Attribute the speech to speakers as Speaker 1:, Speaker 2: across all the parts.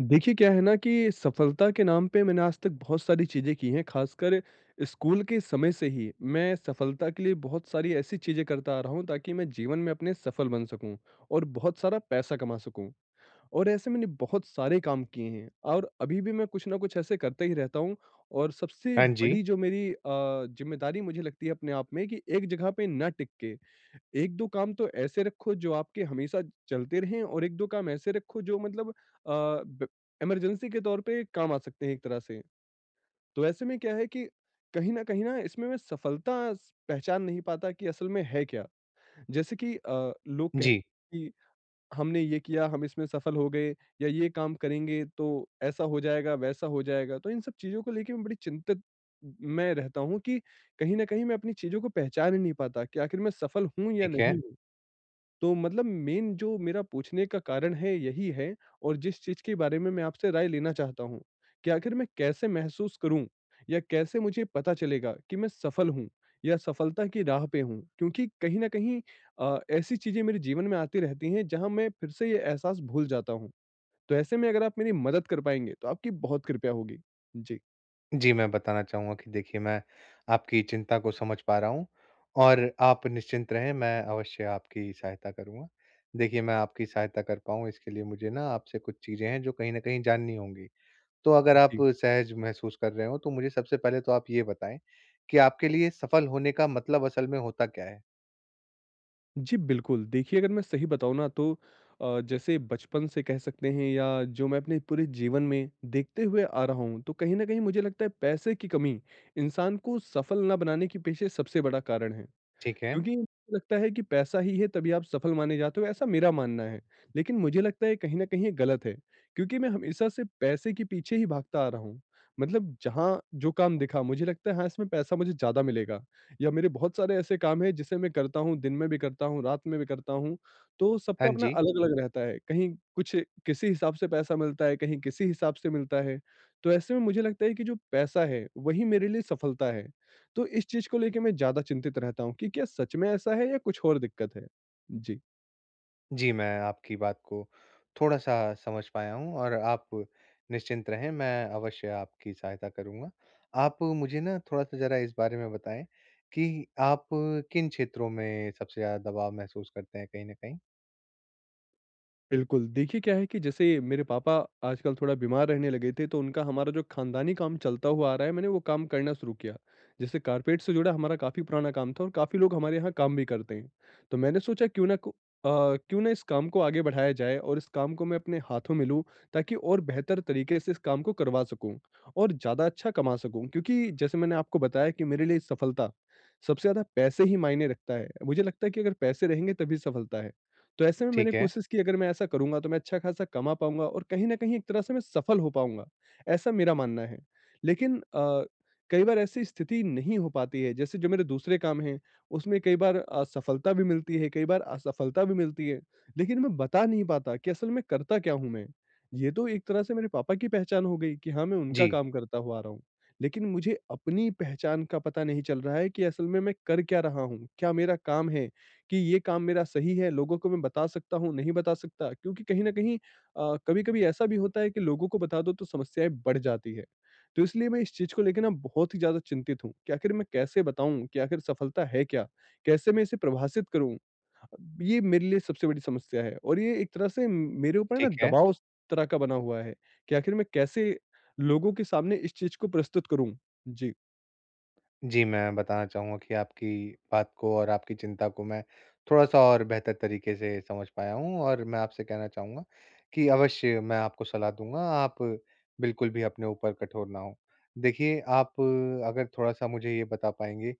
Speaker 1: देखिए, क्या है ना कि सफलता के नाम पे मैंने आज तक बहुत सारी चीज़ें की हैं, खासकर स्कूल के समय से ही मैं सफलता के लिए बहुत सारी ऐसी चीज़ें करता आ रहा हूँ, ताकि मैं जीवन में अपने सफल बन सकूँ और बहुत सारा पैसा कमा सकूँ। और ऐसे मैंने बहुत सारे काम किए हैं, और अभी भी मैं कुछ ना कुछ ऐसे करता ही रहता हूँ। और सबसे
Speaker 2: हाँ जी।
Speaker 1: बड़ी जो मेरी ज़िम्मेदारी मुझे लगती है अपने आप में, कि एक जगह पे ना टिक के 1-2 काम तो ऐसे रखो जो आपके हमेशा चलते रहें, और 1-2 काम ऐसे रखो जो मतलब ब इमरजेंसी के तौर पे काम आ सकते हैं एक तरह से। तो ऐसे में क्या है, कि कहीं न कहीं ना इसमें मैं सफलता स पहचान नहीं पाता कि असल में है क्या? जैसे कि लोग कह
Speaker 2: जी,
Speaker 1: कि हमने ये किया, हम इसमें सफल हो गए, या ये काम करेंगे तो ऐसा हो जाएगा, वैसा हो जाएगा। तो इन सब चीज़ों को लेके मैं बड़ी चिंतित मैं रहता हूँ, कि कहीं न कहीं मैं अपनी चीज़ों को पहचान ही नहीं पाता कि आखिर मैं सफल हूँ या
Speaker 2: ठीक है।
Speaker 1: नहीं? हूँ। तो मतलब मेन जो मेरा पूछने का कारण है यही है, और जिस चीज़ के बारे में मैं आपसे राय लेना चाहता हूँ, कि आखिर मैं कैसे महसूस करूँ, या कैसे मुझे पता चलेगा कि मैं सफल हूँ या सफलता की राह पे हूँ? क्योंकि कहीं न कहीं ऐसी चीज़ें मेरे जीवन में आती रहती हैं जहाँ मैं फिर से ये एहसास भूल जाता हूँ। तो ऐसे में अगर आप मेरी मदद कर पाएँगे, तो आपकी बहुत कृपया होगी। जी।
Speaker 2: जी, मैं बताना चाहूँगा कि देखिए मैं आपकी चिंता को समझ पा रहा हूँ और आप निश्चिंत रहें, मैं अवश्य आपकी सहायता करूँगा। देखिए मैं आपकी सहायता कर पाऊँ इसके लिए मुझे ना आपसे कुछ चीज़ें हैं जो कहीं न कहीं जाननी होंगी। तो अगर आप
Speaker 1: जी,
Speaker 2: सहज महसूस कर रहे हों तो मुझे सबसे पहले तो आप ये बताएँ कि आपके लिए सफल होने का मतलब असल में होता क्या है?
Speaker 1: जी, बिल्कुल। देखिए, अगर मैं सही बताऊँ ना, तो जैसे बचपन से कह सकते हैं, या जो मैं अपने पूरे जीवन में देखते हुए आ रहा हूँ, तो कहीं न कहीं मुझे लगता है पैसे की कमी इंसान को सफल ना बनाने के पीछे सबसे बड़ा कारण है।
Speaker 2: ठीक है।
Speaker 1: क्योंकि मुझे लगता है कि पैसा ही है तभी आप सफल माने जाते हो, ऐसा मेरा मानना है। लेकिन मुझे लगता है कहीं न कहीं ये गलत है, क्योंकि मैं हमेशा से पैसे के पीछे ही भागता आ रहा हूँ। मतलब जहाँ जो काम दिखा मुझे लगता है हाँ, इसमें पैसा मुझे ज़्यादा मिलेगा, या मेरे बहुत सारे ऐसे काम हैं जिसे मैं करता हूँ, दिन में भी करता हूँ, रात में भी करता हूँ, तो
Speaker 2: हाँ
Speaker 1: सबका अपना
Speaker 2: जी।
Speaker 1: अलग-अलग रहता है। कहीं कुछ किसी हिसाब से पैसा मिलता है, कहीं किसी हिसाब से मिलता है। तो ऐसे में मुझे लगता है कि जो पैसा है वही मेरे लिए सफलता है। तो इस चीज़ को लेके मैं ज़्यादा चिंतित रहता हूँ कि क्या सच में ऐसा है या कुछ और दिक्कत है? जी।
Speaker 2: जी, मैं आपकी बात को थोड़ा-सा समझ पाया हूँ और आप निश्चिंत रहें, मैं अवश्य आपकी सहायता करूँगा। आप मुझे ना थोड़ा-सा ज़रा इस बारे में बताएँ कि आप किन क्षेत्रों में सबसे ज़्यादा दबाव महसूस करते हैं कहीं न कहीं?
Speaker 1: बिल्कुल, देखिए क्या है कि जैसे मेरे पापा आजकल थोड़ा बीमार रहने लगे थे, तो उनका हमारा जो खानदानी काम चलता हुआ आ रहा है, मैंने वो काम करना शुरू किया। जैसे कारपेट से जुड़ा हमारा काफ़ी पुराना काम था, और काफ़ी लोग हमारे यहाँ काम भी करते हैं। तो मैंने सोचा अ, क्यों ना इस काम को आगे बढ़ाया जाए और इस काम को मैं अपने हाथों में लूँ, ताकि और बेहतर तरीके से इस काम को करवा सकूँ और ज़्यादा अच्छा कमा सकूँ। क्योंकि जैसे मैंने आपको बताया कि मेरे लिए सफलता सबसे ज़्यादा पैसे ही मायने रखता है। मुझे लगता है कि अगर पैसे रहेंगे तभी सफलता है। तो ऐसे में मैंने
Speaker 2: ठीक है।
Speaker 1: कोशिश की अगर मैं ऐसा करूँगा तो मैं अच्छा खासा कमा पाऊँगा, और कहीं न कहीं एक तरह से मैं सफल हो पाऊँगा, ऐसा मेरा मानना है। लेकिन कई बार ऐसी स्थिति नहीं हो पाती है, जैसे जो मेरे दूसरे काम हैं, उसमें कई बार सफलता भी मिलती है, कई बार असफलता भी मिलती है, लेकिन मैं बता नहीं पाता कि असल में करता क्या हूँ मैं? ये तो एक तरह से मेरे पापा की पहचान हो गई कि हाँ, मैं उनका
Speaker 2: जी,
Speaker 1: काम करता हुआ आ रहा हूँ, लेकिन मुझे अपनी पहचान का पता नहीं चल रहा है कि असल में मैं कर क्या रहा हूँ? क्या मेरा काम है? कि ये काम मेरा सही है, लोगों को मैं बता सकता हूँ, नहीं बता सकता। क्योंकि कहीं न कहीं कभी-कभी ऐसा भी होता है कि लोगों को बता दो तो समस्याएँ बढ़ जाती है। तो इसलिए मैं इस चीज़ को लेके ना बहुत ही ज़्यादा चिंतित हूँ कि आखिर मैं कैसे बताऊँ कि आखिर सफलता है क्या? कैसे मैं इसे परिभाषित करूँ? ये मेरे लिए सबसे बड़ी समस्या है, और ये एक तरह से मेरे ऊपर ना
Speaker 2: ठीक है।
Speaker 1: दबाव स तरह का बना हुआ है कि आखिर मैं कैसे लोगों के सामने इस चीज़ को प्रस्तुत करूँ? जी।
Speaker 2: जी, मैं बताना चाहूँगा कि आपकी बात को और आपकी चिंता को मैं थोड़ा-सा और बेहतर तरीके से समझ पाया हूँ और मैं आपसे कहना चाहूँगा कि अवश्य मैं आपको सलाह दूँगा, आप बिल्कुल भी अपने ऊपर कठोर ना हों। देखिए, आप अगर थोड़ा-सा मुझे ये बता पाएँगे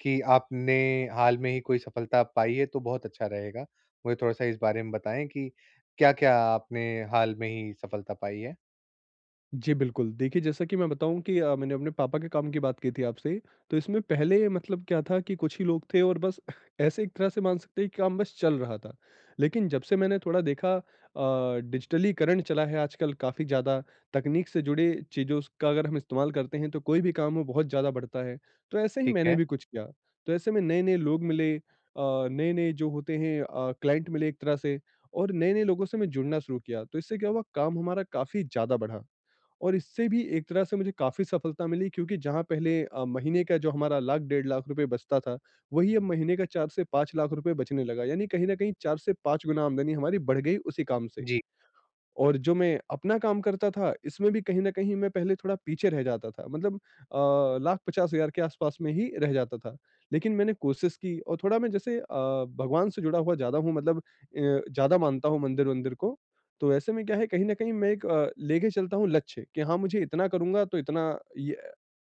Speaker 2: कि आपने हाल में ही कोई सफलता पाई है, तो बहुत अच्छा रहेगा। मुझे थोड़ा-सा इस बारे में बताएँ कि क्या-क्या आपने हाल में ही सफलता पाई है?
Speaker 1: जी, बिल्कुल। देखिए, जैसा कि मैं बताऊँ कि मैंने अपने पापा के काम की बात की थी आपसे, तो इसमें पहले मतलब क्या था कि कुछ ही लोग थे और बस ऐसे एक तरह से मान सकते हैं कि काम बस चल रहा था। लेकिन जब से मैंने थोड़ा देखा डिजिटलीकरण चला है आजकल काफ़ी ज़्यादा, तकनीक से जुड़े चीज़ों स का अगर हम इस्तेमाल करते हैं, तो कोई भी काम हो बहुत ज़्यादा बढ़ता है। तो ऐसे ही
Speaker 2: ठीक
Speaker 1: मैंने
Speaker 2: है।
Speaker 1: भी कुछ किया। तो ऐसे में नए-नए लोग मिले, नए-नए जो होते हैं क्लाइंट मिले एक तरह से, और नए-नए लोगों से मैं जुड़ना शुरू किया। तो इससे क्या हुआ, काम हमारा काफ़ी ज़्यादा बढ़ा। और इससे भी एक तरह से मुझे काफ़ी सफलता मिली, क्योंकि जहाँ पहले महीने का जो हमारा लाख 1.5 लाख रुपए बचता था, वही अब महीने का 4 से 5 लाख रुपए बचने लगा। यानी कहीं न कहीं 4 से 5 गुना आमदनी हमारी बढ़ गई उसी काम से।
Speaker 2: जी,
Speaker 1: और जो मैं अपना काम करता था, इसमें भी कहीं न कहीं मैं पहले थोड़ा पीछे रह जाता था। मतलब लाख 50,000 के आसपास में ही रह जाता था। लेकिन मैंने कोशिश की, और थोड़ा मैं जैसे भगवान से जुड़ा हुआ ज़्यादा हूँ, मतलब ज़्यादा मानता हूँ मंदिर-वंदिर को। तो ऐसे में क्या है, कहीं न कहीं मैं एक लेके चलता हूँ लक्ष्य कि हाँ, मुझे इतना करूँगा तो इतना ये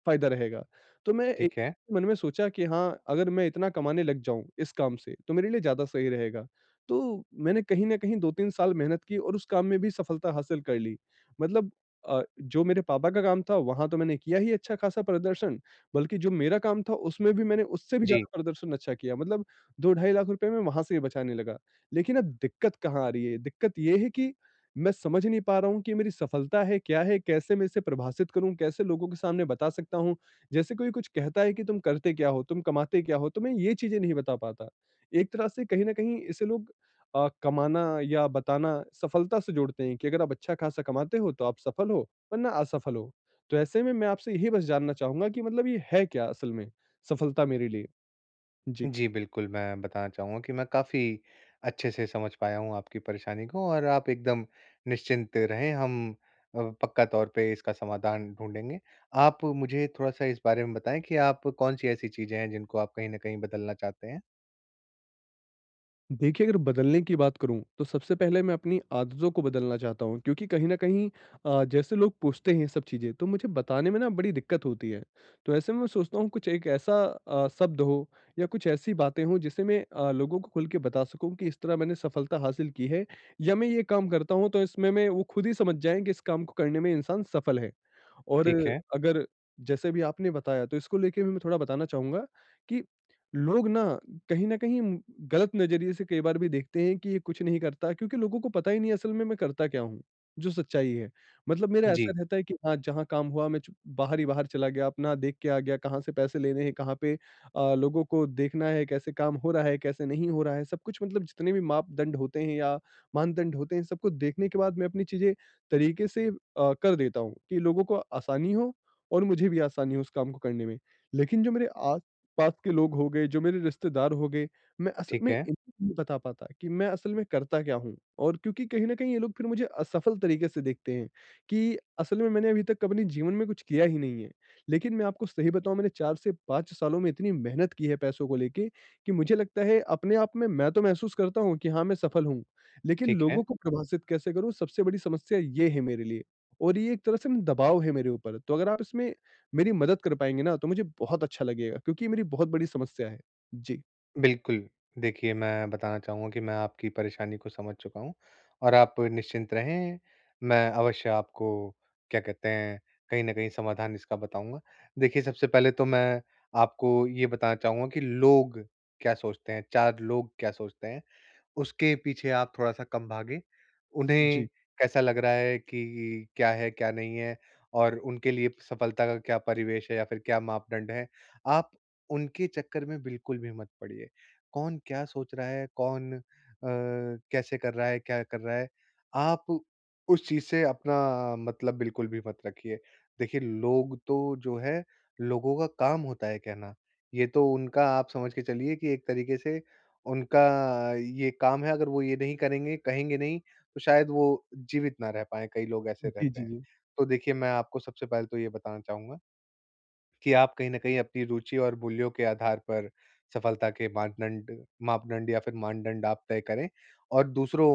Speaker 1: फ़ायदा रहेगा। तो मैं एक
Speaker 2: ठीक है।
Speaker 1: मन में सोचा कि हाँ, अगर मैं इतना कमाने लग जाऊँ इस काम से, तो मेरे लिए ज़्यादा सही रहेगा। तो मैंने कहीं न कहीं 2-3 साल मेहनत की और उस काम में भी सफलता हासिल कर ली। मतलब जो मेरे पापा का काम था, वहाँ तो मैंने किया ही अच्छा-खासा प्रदर्शन, बल्कि जो मेरा काम था, उसमें भी मैंने उससे भी
Speaker 2: जी।
Speaker 1: ज़्यादा प्रदर्शन अच्छा किया। मतलब 2 2.5 लाख रुपए मैं वहाँ से ही बचाने लगा। लेकिन अब दिक्कत कहाँ आ रही है? दिक्कत ये है कि मैं समझ नहीं पा रहा हूँ कि ये मेरी सफलता है, क्या है? कैसे मैं इसे परिभाषित करूँ? कैसे लोगों के सामने बता सकता हूँ? जैसे कोई कुछ कहता है कि तुम करते क्या हो? तुम कमाते क्या हो? तो मैं ये चीज़ें नहीं बता पाता। एक तरह से कहीं न कहीं इसे लोग कमाना या बताना सफलता से जोड़ते हैं, कि अगर आप अच्छा-खासा कमाते हो तो आप सफल हो, वरना असफल हो। तो ऐसे में मैं आपसे यही बस जानना चाहूँगा कि मतलब ये है क्या असल में सफलता मेरे लिए? जी।
Speaker 2: जी, बिल्कुल, मैं बताना चाहूँगा कि मैं काफ़ी अच्छे से समझ पाया हूँ आपकी परेशानी को और आप एकदम निश्चिंत रहें, हम पक्का तौर पे इसका समाधान ढूँढेंगे। आप मुझे थोड़ा-सा इस बारे में बताएँ कि आप कौन-सी ऐसी चीज़ें हैं जिनको आप कहीं न कहीं बदलना चाहते हैं?
Speaker 1: देखिए, अगर बदलने की बात करूँ, तो सबसे पहले मैं अपनी आदतों को बदलना चाहता हूँ, क्योंकि कहीं न कहीं जैसे लोग पूछते हैं सब चीज़ें, तो मुझे बताने में ना बड़ी दिक्कत होती है। तो ऐसे में मैं सोचता हूँ कुछ एक ऐसा शब्द हो, या कुछ ऐसी बातें हों जिसे मैं लोगों को खुल के बता सकूँ कि इस तरह मैंने सफलता हासिल की है, या मैं ये काम करता हूँ तो इसमें मैं वो खुद ही समझ जाएँ कि इस काम को करने में इंसान सफल है। और
Speaker 2: ठीक है।
Speaker 1: अगर जैसे भी आपने बताया, तो इसको लेके भी मैं थोड़ा बताना चाहूँगा कि लोग ना कहीं न कहीं गलत नज़रिए से कई बार भी देखते हैं कि ये कुछ नहीं करता, क्योंकि लोगों को पता ही नहीं असल में मैं करता क्या हूँ, जो सच्चाई है। मतलब मेरा
Speaker 2: जी,
Speaker 1: ऐसा रहता है कि हाँ, जहाँ काम हुआ मैं चुप बाहर ही बाहर चला गया, अपना देख के आ गया, कहाँ से पैसे लेने हैं, कहाँ पे लोगों को देखना है, कैसे काम हो रहा है, कैसे नहीं हो रहा है, सब कुछ मतलब जितने भी मापदंड होते हैं या मानदंड होते हैं, सबको देखने के बाद मैं अपनी चीज़ें तरीके से कर देता हूँ कि लोगों को आसानी हो और मुझे भी आसानी हो उस काम को करने में। लेकिन जो मेरे आस-पास के लोग हो गए, जो मेरे रिश्तेदार हो गए, मैं असल
Speaker 2: ठीक
Speaker 1: में
Speaker 2: है,
Speaker 1: इनको नहीं बता पाता कि मैं असल में करता क्या हूँ? और क्योंकि कहीं न कहीं ये लोग फिर मुझे असफल तरीके से देखते हैं कि असल में मैंने अभी तक अपने जीवन में कुछ किया ही नहीं है। लेकिन मैं आपको सही बताऊँ, मैंने 4 से 5 सालों में इतनी मेहनत की है पैसों को लेके कि मुझे लगता है अपने आप में मैं तो महसूस करता हूँ कि हाँ, मैं सफल हूँ। लेकिन
Speaker 2: ठीक है।
Speaker 1: लोगों को प्रभाषित कैसे करूँ, सबसे बड़ी समस्या ये है मेरे लिए। और ये एक तरह से ना दबाव है मेरे ऊपर, तो अगर आप इसमें मेरी मदद कर पाएँगे ना, तो मुझे बहुत अच्छा लगेगा क्योंकि ये मेरी बहुत बड़ी समस्या है। जी।
Speaker 2: बिल्कुल। देखिए, मैं बताना चाहूँगा कि मैं आपकी परेशानी को समझ चुका हूँ और आप निश्चिंत रहें, मैं अवश्य आपको क्या कहते हैं, कहीं न कहीं समाधान इसका बताऊँगा। देखिए, सबसे पहले तो मैं आपको ये बताना चाहूँगा कि लोग क्या सोचते हैं, 4 लोग क्या सोचते हैं? उसके पीछे आप थोड़ा-सा कम भागे। उन्हें
Speaker 1: जी।
Speaker 2: कैसा लग रहा है कि क्या है, क्या नहीं है और उनके लिए सफलता का क्या परिवेश है या फिर क्या मापदंड है, आप उनके चक्कर में बिल्कुल भी मत पड़िए। कौन क्या सोच रहा है, कौन अ, कैसे कर रहा है, क्या कर रहा है, आप उस चीज़ से अपना मतलब बिल्कुल भी मत रखिए। देखिए, लोग तो जो है, लोगों का काम होता है कहना। ये तो उनका आप समझ के चलिए कि एक तरीके से उनका ये काम है, अगर वो ये नहीं करेंगे, कहेंगे नहीं, तो शायद वो जीवित ना रह पाएँ, कई लोग ऐसे
Speaker 1: जी,
Speaker 2: रहते
Speaker 1: जी,
Speaker 2: हैं।
Speaker 1: जी।
Speaker 2: तो देखिए, मैं आपको सबसे पहले तो ये बताना चाहूँगा कि आप कहीं न कहीं अपनी रुचि और मूल्यों के आधार पर सफलता के मानदंड मापदंड या फिर मानदंड आप तय करें और दूसरों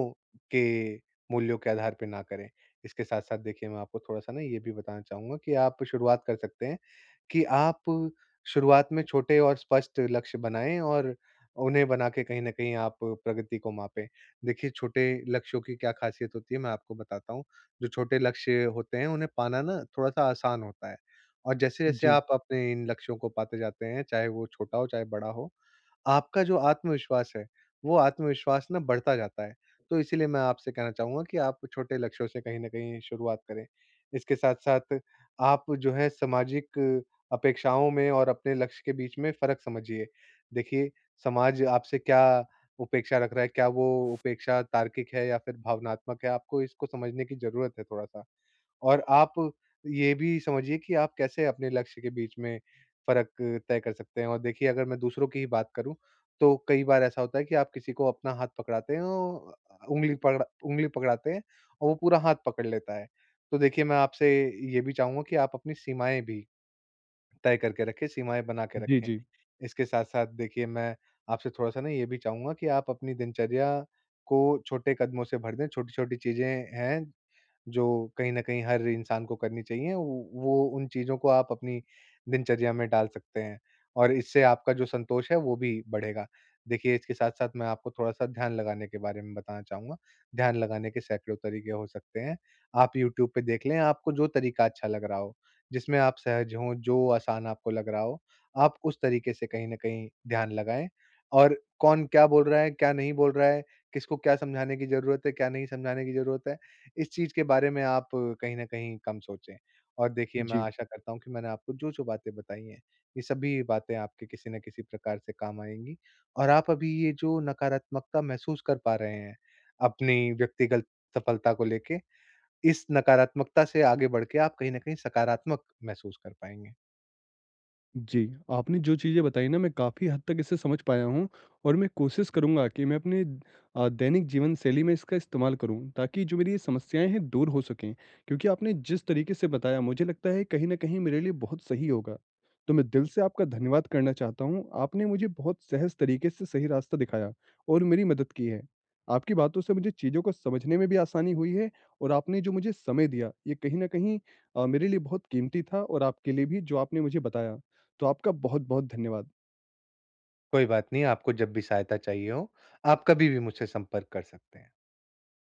Speaker 2: के मूल्यों के आधार पे ना करें। इसके साथ-साथ देखिए, मैं आपको थोड़ा-सा ना ये भी बताना चाहूँगा कि आप शुरुआत कर सकते हैं कि आप शुरुआत में छोटे और स्पष्ट लक्ष्य बनाएँ और उन्हें बना के कहीं न कहीं आप प्रगति को मापें। देखिए, छोटे लक्ष्यों की क्या खासियत होती है, मैं आपको बताता हूँ। जो छोटे लक्ष्य होते हैं, उन्हें पाना ना थोड़ा-सा आसान होता है और जैसे-जैसे
Speaker 1: जी।
Speaker 2: आप अपने इन लक्ष्यों को पाते जाते हैं, चाहे वो छोटा हो, चाहे बड़ा हो, आपका जो आत्मविश्वास है, वो आत्मविश्वास ना बढ़ता जाता है। तो इसीलिए मैं आपसे कहना चाहूँगा कि आप छोटे लक्ष्यों से कहीं न कहीं शुरुआत करें। इसके साथ-साथ आप जो है सामाजिक अपेक्षाओं में और अपने लक्ष्य के बीच में फ़र्क समझिए। देखिए, समाज आपसे क्या उपेक्षा रख रहा है, क्या वो उपेक्षा तार्किक है या फिर भावनात्मक है, आपको इसको समझने की ज़रूरत है थोड़ा-सा। और आप ये भी समझिए कि आप कैसे अपने लक्ष्य के बीच में फ़र्क तय कर सकते हैं। और देखिए, अगर मैं दूसरों की ही बात करूँ, तो कई बार ऐसा होता है कि आप किसी को अपना हाथ पकड़ाते हैं औ उंगली पकड़ा उंगली पकड़ाते हैं और वो पूरा हाथ पकड़ लेता है। तो देखिए, मैं आपसे ये भी चाहूँगा कि आप अपनी सीमाएँ भी तय करके रखें, सीमाएँ बना के
Speaker 1: जी,
Speaker 2: रखें।
Speaker 1: जी।
Speaker 2: इसके साथ-साथ देखिए मैं आपसे थोड़ा-सा ना ये भी चाहूँगा कि आप अपनी दिनचर्या को छोटे कदमों से भर दें, छोटी-छोटी चीज़ें हैं जो कहीं न कहीं हर इंसान को करनी चाहिए, वो उन चीज़ों को आप अपनी दिनचर्या में डाल सकते हैं और इससे आपका जो संतोष है, वो भी बढ़ेगा। देखिए, इसके साथ-साथ मैं आपको थोड़ा-सा ध्यान लगाने के बारे में बताना चाहूँगा। ध्यान लगाने के सैकड़ों तरीके हो सकते हैं। आप यूट्यूब पे देख लें, आपको जो तरीका अच्छा लग रहा हो, जिसमें आप सहज हों, जो आसान आपको लग रहा हो, आप उस तरीके से कहीं न कहीं ध्यान लगाएँ और कौन क्या बोल रहा है, क्या नहीं बोल रहा है, किसको क्या समझाने की ज़रूरत है, क्या नहीं समझाने की ज़रूरत है, इस चीज़ के बारे में आप कहीं न कहीं कम सोचें। और देखिए मैं
Speaker 1: जी।
Speaker 2: आशा करता हूँ कि मैंने आपको जो-जो बातें बताई हैं, ये सभी बातें आपके किसी न किसी प्रकार से काम आएँगी। और आप अभी ये जो नकारात्मकता महसूस कर पा रहे हैं, अपनी व्यक्तिगत सफलता को लेके, इस नकारात्मकता से आगे बढ़ के आप कहीं न कहीं सकारात्मक महसूस कर पाएँगे।
Speaker 1: जी, आपने जो चीज़ें बताई ना, मैं काफ़ी हद तक इसे समझ पाया हूँ, और मैं कोशिश करूँगा कि मैं अपने दैनिक जीवन शैली में इसका इस्तेमाल करूँ, ताकि जो मेरी ये समस्याएँ हैं दूर हो सकें। क्योंकि आपने जिस तरीके से बताया मुझे लगता है कहीं न कहीं मेरे लिए बहुत सही होगा। तो मैं दिल से आपका धन्यवाद करना चाहता हूँ, आपने मुझे बहुत सहज तरीके से सही रास्ता दिखाया और मेरी मदद की है। आपकी बातों से मुझे चीज़ों को समझने में भी आसानी हुई है, और आपने जो मुझे समय दिया ये कहीं न कहीं मेरे लिए बहुत कीमती था, और आपके लिए भी जो आपने मुझे बताया। तो आपका बहुत-बहुत धन्यवाद।
Speaker 2: कोई बात नहीं, आपको जब भी सहायता चाहिए हो, आप कभी भी मुझसे संपर्क कर सकते हैं।